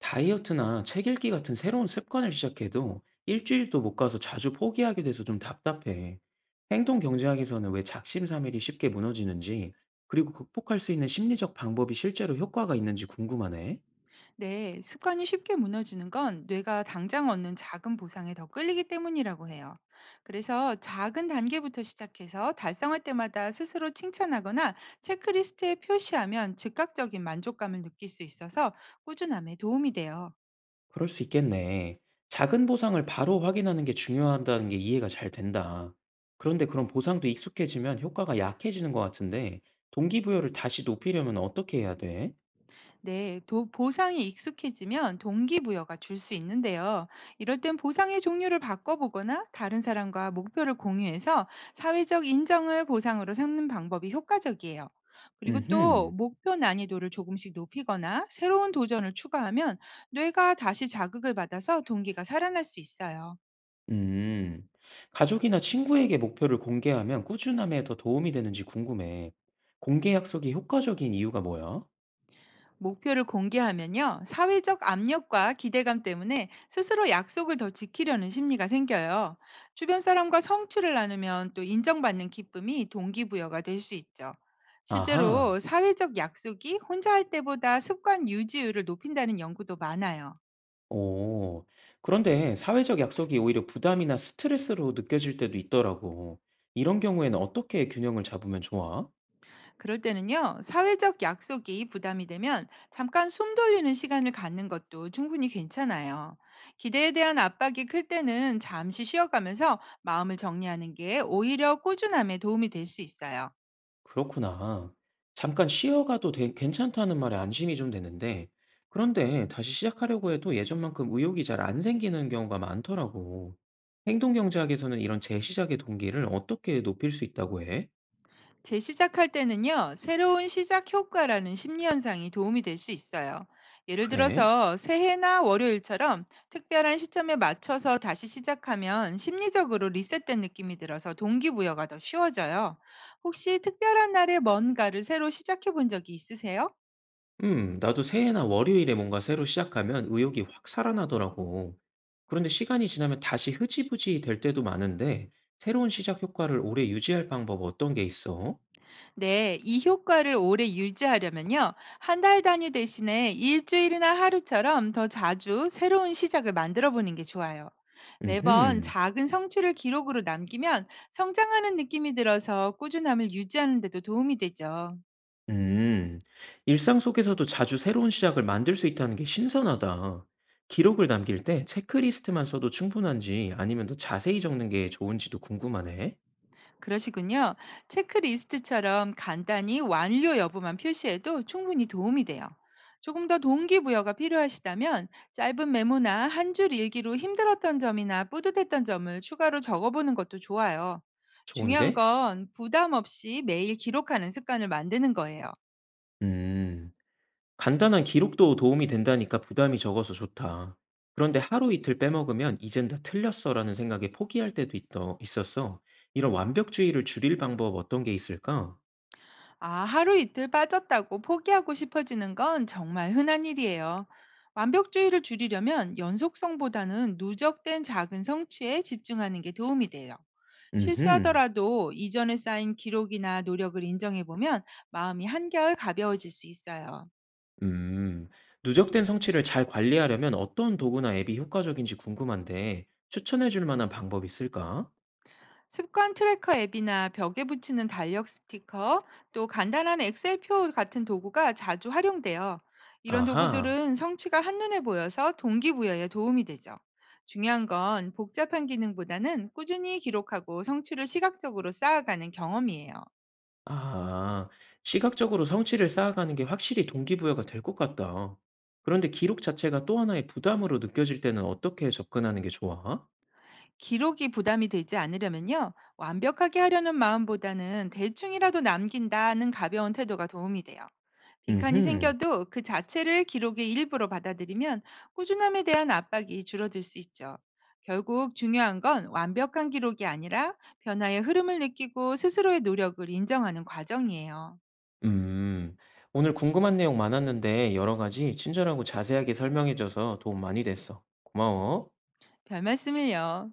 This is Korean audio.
다이어트나 책 읽기 같은 새로운 습관을 시작해도 일주일도 못 가서 자주 포기하게 돼서 좀 답답해. 행동 경제학에서는 왜 작심삼일이 쉽게 무너지는지, 그리고 극복할 수 있는 심리적 방법이 실제로 효과가 있는지 궁금하네. 네, 습관이 쉽게 무너지는 건 뇌가 당장 얻는 작은 보상에 더 끌리기 때문이라고 해요. 그래서 작은 단계부터 시작해서 달성할 때마다 스스로 칭찬하거나 체크리스트에 표시하면 즉각적인 만족감을 느낄 수 있어서 꾸준함에 도움이 돼요. 그럴 수 있겠네. 작은 보상을 바로 확인하는 게 중요하다는 게 이해가 잘 된다. 그런데 그런 보상도 익숙해지면 효과가 약해지는 것 같은데, 동기부여를 다시 높이려면 어떻게 해야 돼? 네, 보상에 익숙해지면 동기부여가 줄 수 있는데요. 이럴 땐 보상의 종류를 바꿔보거나 다른 사람과 목표를 공유해서 사회적 인정을 보상으로 삼는 방법이 효과적이에요. 그리고 또 음흠. 목표 난이도를 조금씩 높이거나 새로운 도전을 추가하면 뇌가 다시 자극을 받아서 동기가 살아날 수 있어요. 음. 가족이나 친구에게 목표를 공개하면 꾸준함에 더 도움이 되는지 궁금해. 공개 약속이 효과적인 이유가 뭐야? 목표를 공개하면요, 사회적 압력과 기대감 때문에 스스로 약속을 더 지키려는 심리가 생겨요. 주변 사람과 성취를 나누면 또 인정받는 기쁨이 동기부여가 될 수 있죠. 아하. 실제로 사회적 약속이 혼자 할 때보다 습관 유지율을 높인다는 연구도 많아요. 오. 그런데 사회적 약속이 오히려 부담이나 스트레스로 느껴질 때도 있더라고. 이런 경우에는 어떻게 균형을 잡으면 좋아? 그럴 때는요, 사회적 약속이 부담이 되면 잠깐 숨 돌리는 시간을 갖는 것도 충분히 괜찮아요. 기대에 대한 압박이 클 때는 잠시 쉬어가면서 마음을 정리하는 게 오히려 꾸준함에 도움이 될 수 있어요. 그렇구나. 잠깐 쉬어가도 괜찮다는 말에 안심이 좀 되는데, 그런데 다시 시작하려고 해도 예전만큼 의욕이 잘 안 생기는 경우가 많더라고. 행동경제학에서는 이런 재시작의 동기를 어떻게 높일 수 있다고 해? 재시작할 때는요, 새로운 시작 효과라는 심리 현상이 도움이 될 수 있어요. 예를 그래? 들어서 새해나 월요일처럼 특별한 시점에 맞춰서 다시 시작하면 심리적으로 리셋된 느낌이 들어서 동기부여가 더 쉬워져요. 혹시 특별한 날에 뭔가를 새로 시작해 본 적이 있으세요? 나도 새해나 월요일에 뭔가 새로 시작하면 의욕이 확 살아나더라고. 그런데 시간이 지나면 다시 흐지부지 될 때도 많은데, 새로운 시작 효과를 오래 유지할 방법 어떤 게 있어? 네, 이 효과를 오래 유지하려면요. 한 달 단위 대신에 일주일이나 하루처럼 더 자주 새로운 시작을 만들어 보는 게 좋아요. 매번 음흠. 작은 성취를 기록으로 남기면 성장하는 느낌이 들어서 꾸준함을 유지하는 데도 도움이 되죠. 음, 일상 속에서도 자주 새로운 시작을 만들 수 있다는 게 신선하다. 기록을 남길 때 체크리스트만 써도 충분한지 아니면 더 자세히 적는 게 좋은지도 궁금하네. 그러시군요. 체크리스트처럼 간단히 완료 여부만 표시해도 충분히 도움이 돼요. 조금 더 동기부여가 필요하시다면 짧은 메모나 한 줄 일기로 힘들었던 점이나 뿌듯했던 점을 추가로 적어보는 것도 좋아요. 중요한 좋은데? 건 부담 없이 매일 기록하는 습관을 만드는 거예요. 음, 간단한 기록도 도움이 된다니까 부담이 적어서 좋다. 그런데 하루 이틀 빼먹으면 이젠 다 틀렸어라는 생각에 포기할 때도 있었어. 이런 완벽주의를 줄일 방법 어떤 게 있을까? 아, 하루 이틀 빠졌다고 포기하고 싶어지는 건 정말 흔한 일이에요. 완벽주의를 줄이려면 연속성보다는 누적된 작은 성취에 집중하는 게 도움이 돼요. 음흠. 실수하더라도 이전에 쌓인 기록이나 노력을 인정해보면 마음이 한결 가벼워질 수 있어요. 음, 누적된 성취를 잘 관리하려면 어떤 도구나 앱이 효과적인지 궁금한데 추천해 줄 만한 방법이 있을까? 습관 트래커 앱이나 벽에 붙이는 달력 스티커, 또 간단한 엑셀표 같은 도구가 자주 활용돼요. 이런 아하, 도구들은 성취가 한눈에 보여서 동기부여에 도움이 되죠. 중요한 건 복잡한 기능보다는 꾸준히 기록하고 성취를 시각적으로 쌓아가는 경험이에요. 아, 시각적으로 성취를 쌓아가는 게 확실히 동기부여가 될 것 같다. 그런데 기록 자체가 또 하나의 부담으로 느껴질 때는 어떻게 접근하는 게 좋아? 기록이 부담이 되지 않으려면요. 완벽하게 하려는 마음보다는 대충이라도 남긴다는 가벼운 태도가 도움이 돼요. 빈칸이 음흠, 생겨도 그 자체를 기록의 일부로 받아들이면 꾸준함에 대한 압박이 줄어들 수 있죠. 결국 중요한 건 완벽한 기록이 아니라 변화의 흐름을 느끼고 스스로의 노력을 인정하는 과정이에요. 음, 오늘 궁금한 내용 많았는데 여러 가지 친절하고 자세하게 설명해줘서 도움 많이 됐어. 고마워. 별 말씀을요.